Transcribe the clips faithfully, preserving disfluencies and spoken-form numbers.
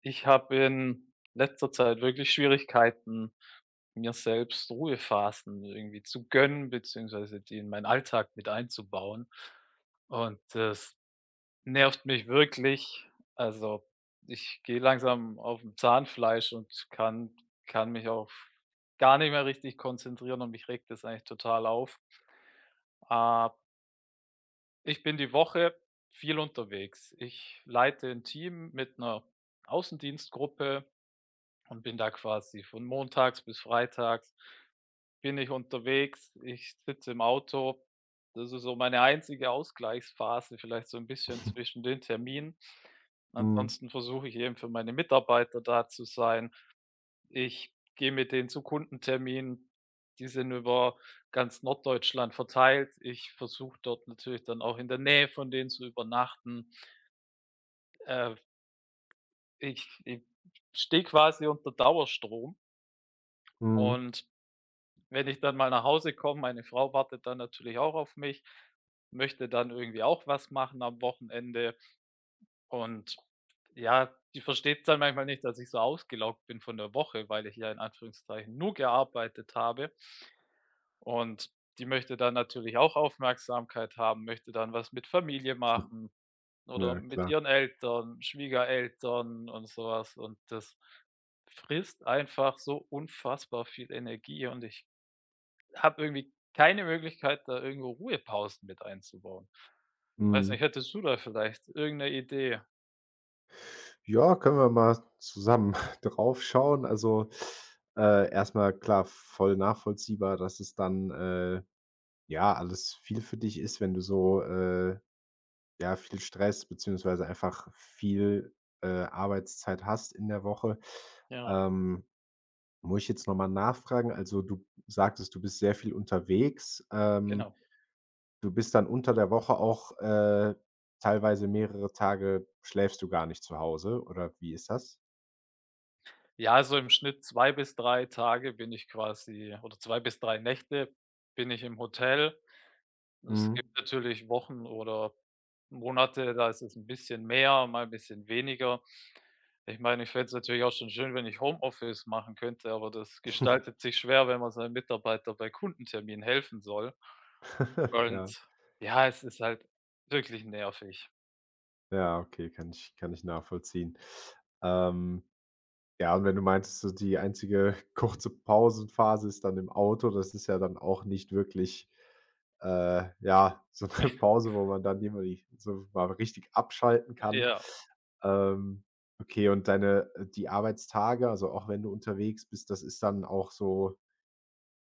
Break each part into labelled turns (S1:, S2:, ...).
S1: Ich habe in letzter Zeit wirklich Schwierigkeiten, mir selbst Ruhephasen irgendwie zu gönnen, beziehungsweise die in meinen Alltag mit einzubauen. Und das nervt mich wirklich. Also, ich gehe langsam auf dem Zahnfleisch und kann kann mich auch gar nicht mehr richtig konzentrieren und mich regt das eigentlich total auf. Äh, Ich bin die Woche viel unterwegs. Ich leite ein Team mit einer Außendienstgruppe und bin da quasi von montags bis freitags bin ich unterwegs. Ich sitze im Auto. Das ist so meine einzige Ausgleichsphase, vielleicht so ein bisschen zwischen den Terminen.
S2: Mhm,
S1: Ansonsten versuche ich eben für meine Mitarbeiter da zu sein. Ich gehe mit denen zu Kundenterminen, die sind über ganz Norddeutschland verteilt. Ich versuche dort natürlich dann auch in der Nähe von denen zu übernachten. Äh, ich ich stehe quasi unter Dauerstrom
S2: mhm.
S1: und wenn ich dann mal nach Hause komme, meine Frau wartet dann natürlich auch auf mich, möchte dann irgendwie auch was machen am Wochenende und ja, die versteht's dann manchmal nicht, dass ich so ausgelaugt bin von der Woche, weil ich ja in Anführungszeichen nur gearbeitet habe und die möchte dann natürlich auch Aufmerksamkeit haben, möchte dann was mit Familie machen oder
S2: Ja,
S1: mit
S2: klar.
S1: ihren Eltern, Schwiegereltern und sowas und das frisst einfach so unfassbar viel Energie und ich habe irgendwie keine Möglichkeit, da irgendwo Ruhepausen mit einzubauen. Weiß
S2: Mhm.
S1: nicht, hättest du da vielleicht irgendeine Idee?
S2: Ja, können wir mal zusammen drauf schauen. Also, äh, erst klar, voll nachvollziehbar, dass es dann, äh, ja, alles viel für dich ist, wenn du so, äh, ja, viel Stress beziehungsweise einfach viel, äh, Arbeitszeit hast in der Woche.
S1: Ja.
S2: Ähm, muss ich jetzt noch mal nachfragen, also, du sagtest, du bist sehr viel unterwegs. Ähm
S1: Genau.
S2: Du bist dann unter der Woche auch, äh teilweise mehrere Tage schläfst du gar nicht zu Hause oder wie ist das?
S1: Ja, so im Schnitt zwei bis drei Tage bin ich quasi oder zwei bis drei Nächte bin ich im Hotel. Es
S2: Mhm.
S1: gibt natürlich Wochen oder Monate, da ist es ein bisschen mehr, mal ein bisschen weniger. Ich meine, ich fände es natürlich auch schon schön, wenn ich Homeoffice machen könnte, aber das gestaltet sich schwer, wenn man seinem Mitarbeiter bei Kundenterminen helfen soll.
S2: Ja,
S1: Und ja, es ist halt wirklich nervig.
S2: ja, okay, kann ich kann ich nachvollziehen. Ähm Ja, und wenn du meinst, so die einzige kurze Pausenphase ist dann im Auto, das ist ja dann auch nicht wirklich, äh, ja, so 'ne Pause, wo man dann irgendwie so mal richtig abschalten kann.
S1: Ja,
S2: Ähm, okay, und deine äh, die Arbeitstage, also auch wenn du unterwegs bist, das ist dann auch so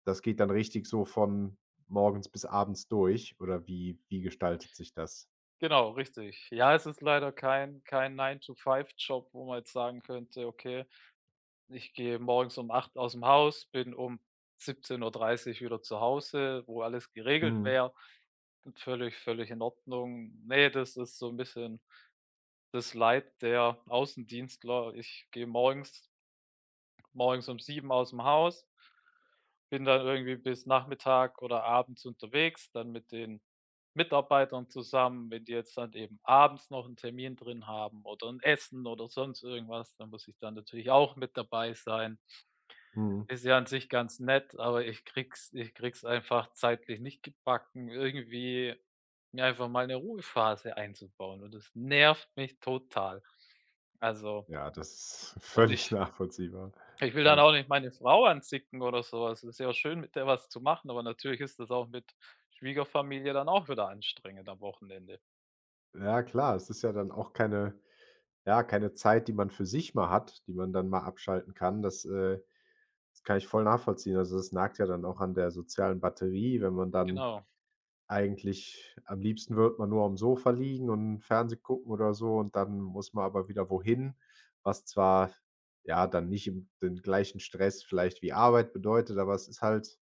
S2: das geht dann richtig so von morgens bis abends durch oder wie wie gestaltet sich das?
S1: genau, richtig. Ja, es ist leider kein kein Nine to Five job, wo man jetzt sagen könnte: „Okay, ich gehe morgens um acht aus dem Haus, bin um siebzehn Uhr dreißig wieder zu Hause“, wo alles geregelt
S2: Mhm,
S1: wäre. Völlig völlig in Ordnung. Ne, das ist so ein bisschen das Leid der Außendienstler. Ich gehe morgens morgens um sieben aus dem Haus, bin dann irgendwie bis Nachmittag oder abends unterwegs, dann mit den Mitarbeitern zusammen. Wenn die jetzt dann eben abends noch einen Termin drin haben oder ein Essen oder sonst irgendwas, dann muss ich dann natürlich auch mit dabei sein.
S2: mhm.
S1: Ist ja an sich ganz nett, aber ich krieg's ich krieg's einfach zeitlich nicht gebacken, irgendwie mir einfach mal eine Ruhephase einzubauen und das nervt mich total. Also
S2: Ja, das ist
S1: und
S2: völlig
S1: ich
S2: nachvollziehbar.
S1: ich will dann
S2: Ja.
S1: auch nicht meine Frau anzicken oder sowas. Es ist ja auch schön, mit der was zu machen, aber natürlich ist das auch mit Schwiegerfamilie dann auch wieder anstrengend am Wochenende.
S2: Ja klar, es ist ja dann auch keine ja, keine Zeit, die man für sich mal hat, die man dann mal abschalten kann. Das, äh das kann ich voll nachvollziehen. Also, das nagt ja dann auch an der sozialen Batterie, wenn man dann
S1: Genau,
S2: eigentlich am liebsten wird man nur am Sofa liegen und Fernseh gucken oder so und dann muss man aber wieder wohin, was zwar, ja, dann nicht im den gleichen Stress vielleicht wie Arbeit bedeutet, aber es ist halt,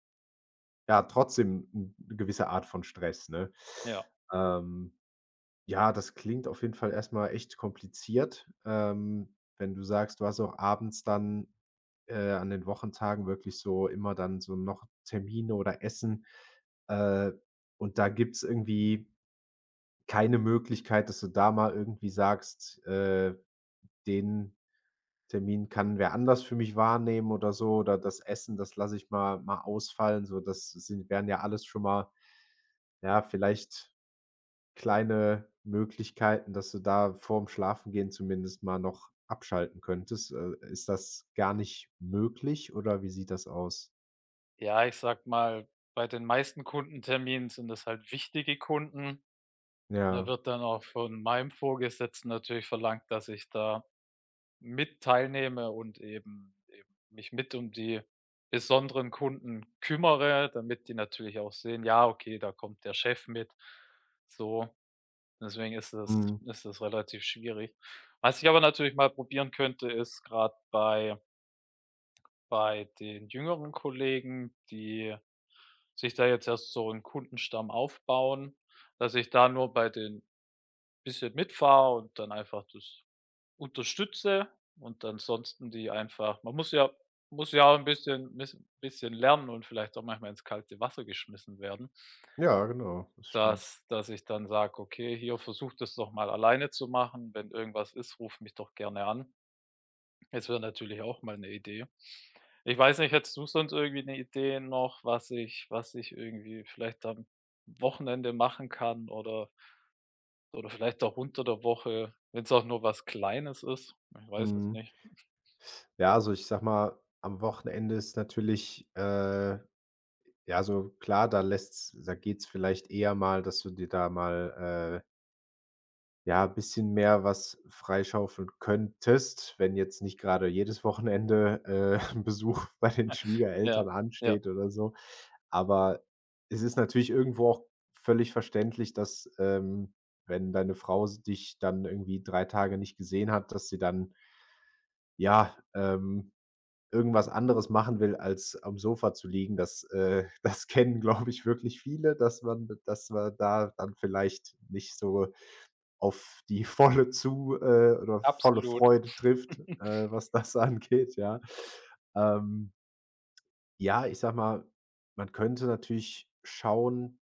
S2: ja, trotzdem eine gewisse Art von Stress, ne?
S1: ja.
S2: Ähm. Ja, das klingt auf jeden Fall erstmal echt kompliziert. Ähm, wenn du sagst, du hast auch abends dann, äh, an den Wochentagen wirklich so immer dann so noch Termine oder Essen, äh, und da gibt's irgendwie keine Möglichkeit, dass du da mal irgendwie sagst: „Äh, den Termin kann wer anders für mich wahrnehmen" oder so oder „das Essen, das lasse ich mal mal ausfallen", so das sind wären ja alles schon mal, ja, vielleicht kleine Möglichkeiten, dass du da vorm Schlafengehen zumindest mal noch abschalten könntest. Äh, ist das gar nicht möglich oder wie sieht das aus?
S1: Ja, ich sag mal, bei den meisten Kundenterminen sind es halt wichtige Kunden. Da
S2: Ja.
S1: wird dann auch von meinem Vorgesetzten natürlich verlangt, dass ich da mit teilnehme und eben eben mich mit um die besonderen Kunden kümmere, damit die natürlich auch sehen: „Ja, okay, da kommt der Chef mit.“ So. Deswegen ist es
S2: Mhm.
S1: ist es relativ schwierig. Was ich aber natürlich mal probieren könnte, ist gerade bei bei den jüngeren Kollegen, die sich da jetzt erst so einen Kundenstamm aufbauen, dass ich da nur bei den bisschen mitfahre und dann einfach das unterstütze und ansonsten die einfach man muss ja muss ja auch ein bisschen bisschen bisschen lernen und vielleicht auch manchmal ins kalte Wasser geschmissen werden.
S2: Ja, genau, das stimmt.
S1: Dass dass ich dann sage: „Okay, hier, versucht es doch mal alleine zu machen. Wenn irgendwas ist, ruf mich doch gerne an.“ Es wäre natürlich auch mal eine Idee. Ich weiß nicht, hättest du sonst irgendwie eine Idee noch, was ich was ich irgendwie vielleicht am Wochenende machen kann oder oder vielleicht auch unter der Woche, wenn es auch nur was Kleines ist? Ich weiß es
S2: Mhm.
S1: nicht.
S2: Ja, also ich sag mal, am Wochenende ist natürlich, äh ja, so klar, da lässt's da geht's vielleicht eher mal, dass du dir da mal, äh ja, bisschen mehr was freischaufeln könntest, wenn jetzt nicht gerade jedes Wochenende, äh, 'n Besuch bei den
S1: Ja,
S2: Schwiegereltern
S1: ja,
S2: ansteht oder so. Aber es ist natürlich irgendwo auch völlig verständlich, dass, ähm, wenn deine Frau s dich dann irgendwie drei Tage nicht gesehen hat, dass sie dann, ja, ähm, irgendwas anderes machen will, als am Sofa zu liegen. Das, äh das kennen, glaube ich, wirklich viele, dass man dass man da dann vielleicht nicht so auf die volle zu äh, oder volle
S1: absolut.
S2: Freude trifft, äh, was das angeht, ja. Ähm, ja, ich sag mal, man könnte natürlich schauen,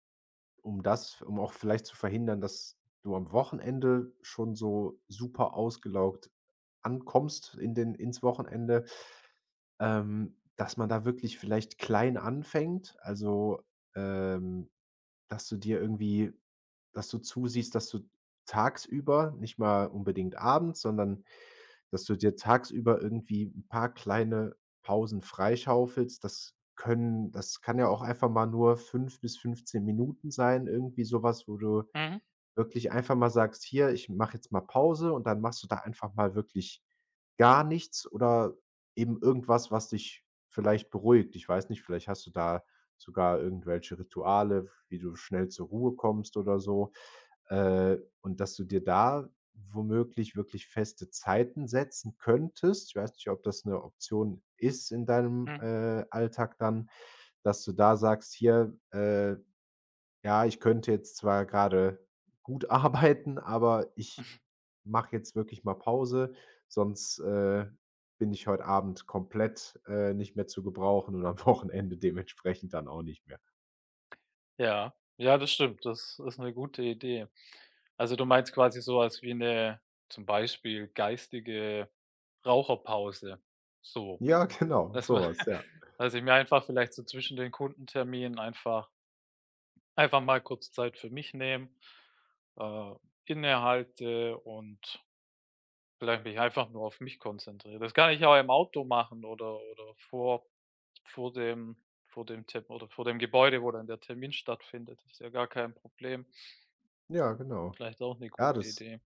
S2: um das um auch vielleicht zu verhindern, dass du am Wochenende schon so super ausgelaugt ankommst in den ins Wochenende, ähm, dass man da wirklich vielleicht klein anfängt. Also, ähm, dass du dir irgendwie dass du zusiehst, dass du tagsüber, nicht mal unbedingt abends, sondern dass du dir tagsüber irgendwie ein paar kleine Pausen freischaufelst. Das können das kann ja auch einfach mal nur fünf bis fünfzehn Minuten sein, irgendwie sowas, wo du
S1: Mhm,
S2: wirklich einfach mal sagst: „Hier, ich mache jetzt mal Pause" und dann machst du da einfach mal wirklich gar nichts oder eben irgendwas, was dich vielleicht beruhigt. Ich weiß nicht, vielleicht hast du da sogar irgendwelche Rituale, wie du schnell zur Ruhe kommst oder so, äh, und dass du dir da womöglich wirklich feste Zeiten setzen könntest. Ich weiß nicht, ob das eine Option ist in deinem,
S1: mhm.
S2: äh, Alltag dann, dass du da sagst: „Hier, äh, ja, ich könnte jetzt zwar gerade gut arbeiten, aber ich mache jetzt wirklich mal Pause, sonst, äh, bin ich heute Abend komplett, äh, nicht mehr zu gebrauchen und am Wochenende dementsprechend dann auch nicht mehr.
S1: Ja, ja, das stimmt. Das ist eine gute Idee. Also, du meinst quasi so was wie eine, zum Beispiel geistige Raucherpause, so,
S2: Ja, genau,
S1: dass man
S2: sowas, ja.
S1: dass ich mir einfach vielleicht so zwischen den Kundenterminen einfach einfach mal kurz Zeit für mich nehme, äh, innehalte und vielleicht mich einfach nur auf mich konzentriere. Das kann ich auch im Auto machen oder oder vor vor dem vor dem Te oder vor dem Gebäude, wo dann der Termin stattfindet. Das ist ja gar kein Problem.
S2: Ja, genau.
S1: Vielleicht auch 'ne
S2: Ja,
S1: gute
S2: das
S1: Idee.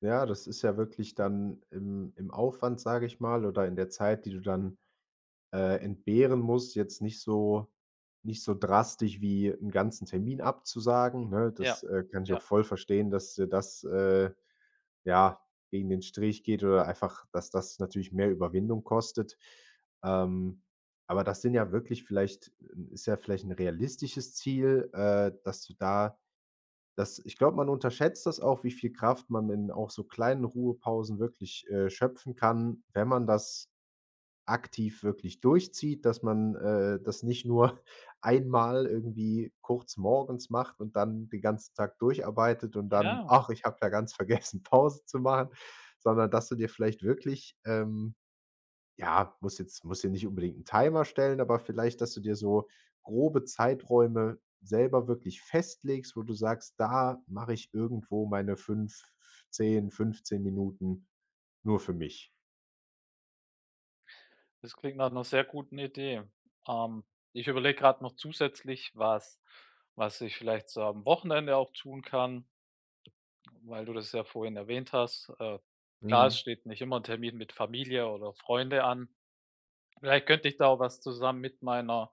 S2: ja, das ist ja wirklich dann im im Aufwand, sage ich mal, oder in der Zeit, die du dann äh, entbehren muss, jetzt nicht so nicht so drastisch wie einen ganzen Termin abzusagen, ne? Das,
S1: Ja,
S2: äh, kann ich auch
S1: ja.
S2: voll verstehen, dass dir das, äh, ja, gegen den Strich geht oder einfach, dass das natürlich mehr Überwindung kostet. Ähm, aber das sind ja wirklich vielleicht ist ja vielleicht ein realistisches Ziel, äh, dass du da dass ich glaube, man unterschätzt das auch, wie viel Kraft man in auch so kleinen Ruhepausen wirklich, äh, schöpfen kann, wenn man das aktiv wirklich durchzieht, dass man, äh, das nicht nur einmal irgendwie kurz morgens macht und dann den ganzen Tag durcharbeitet und dann:
S1: Ja,
S2: „Ach, ich habe ja ganz vergessen, Pause zu machen", sondern dass du dir vielleicht wirklich, ähm ja, muss jetzt musst dir nicht unbedingt einen Timer stellen, aber vielleicht, dass du dir so grobe Zeiträume selber wirklich festlegst, wo du sagst: „Da mache ich irgendwo meine fünf, zehn, fünfzehn Minuten nur für mich."
S1: das klingt nach 'ner sehr guten Idee. Ähm, ich überlege grad noch zusätzlich, was was ich vielleicht so am Wochenende auch tun kann, weil du das ja vorhin erwähnt hast. Äh, klar,
S2: Mhm.
S1: es steht nicht immer 'n Termin mit Familie oder Freunde an. Vielleicht könnte ich da auch was zusammen mit meiner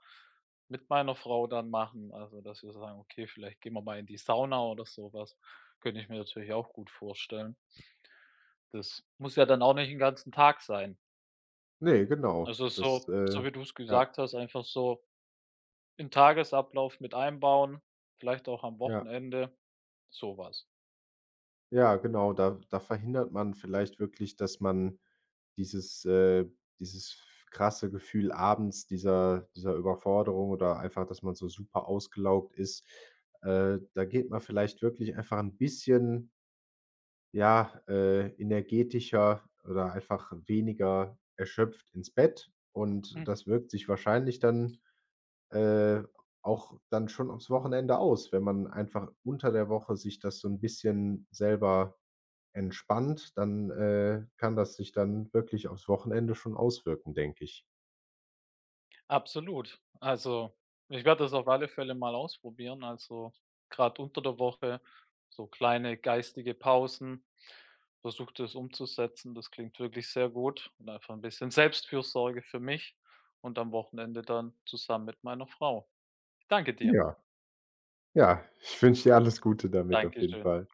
S1: mit meiner Frau dann machen. Also, dass wir sagen: „Okay, vielleicht gehen wir mal in die Sauna“ oder so was. Könnte ich mir natürlich auch gut vorstellen. Das muss ja dann auch nicht 'n ganzen Tag sein.
S2: Ne, genau.
S1: Also,
S2: Das,
S1: so
S2: äh
S1: so wie du es
S2: ja,
S1: gesagt hast, einfach so in Tagesablauf mit einbauen, vielleicht auch am
S2: ja,
S1: Wochenende, sowas.
S2: ja, genau. Da da verhindert man vielleicht wirklich, dass man dieses äh, dieses krasse Gefühl abends dieser dieser Überforderung oder einfach, dass man so super ausgelaugt ist, äh, da geht man vielleicht wirklich einfach ein bisschen, ja, äh, energetischer oder einfach weniger erschöpft ins Bett und
S1: Mhm,
S2: das wirkt sich wahrscheinlich dann äh, auch dann schon aufs Wochenende aus. Wenn man einfach unter der Woche sich das so ein bisschen selber entspannt, dann, äh, kann das sich dann wirklich aufs Wochenende schon auswirken, denke ich.
S1: absolut. Also, ich werde das auf alle Fälle mal ausprobieren. Also, gerade unter der Woche so kleine geistige Pausen. Versuche das umzusetzen. Das klingt wirklich sehr gut und einfach ein bisschen Selbstfürsorge für mich und am Wochenende dann zusammen mit meiner Frau. Danke dir.
S2: Ja, ja, ich wünsche dir alles Gute damit auf jeden
S1: Dankeschön.
S2: Fall.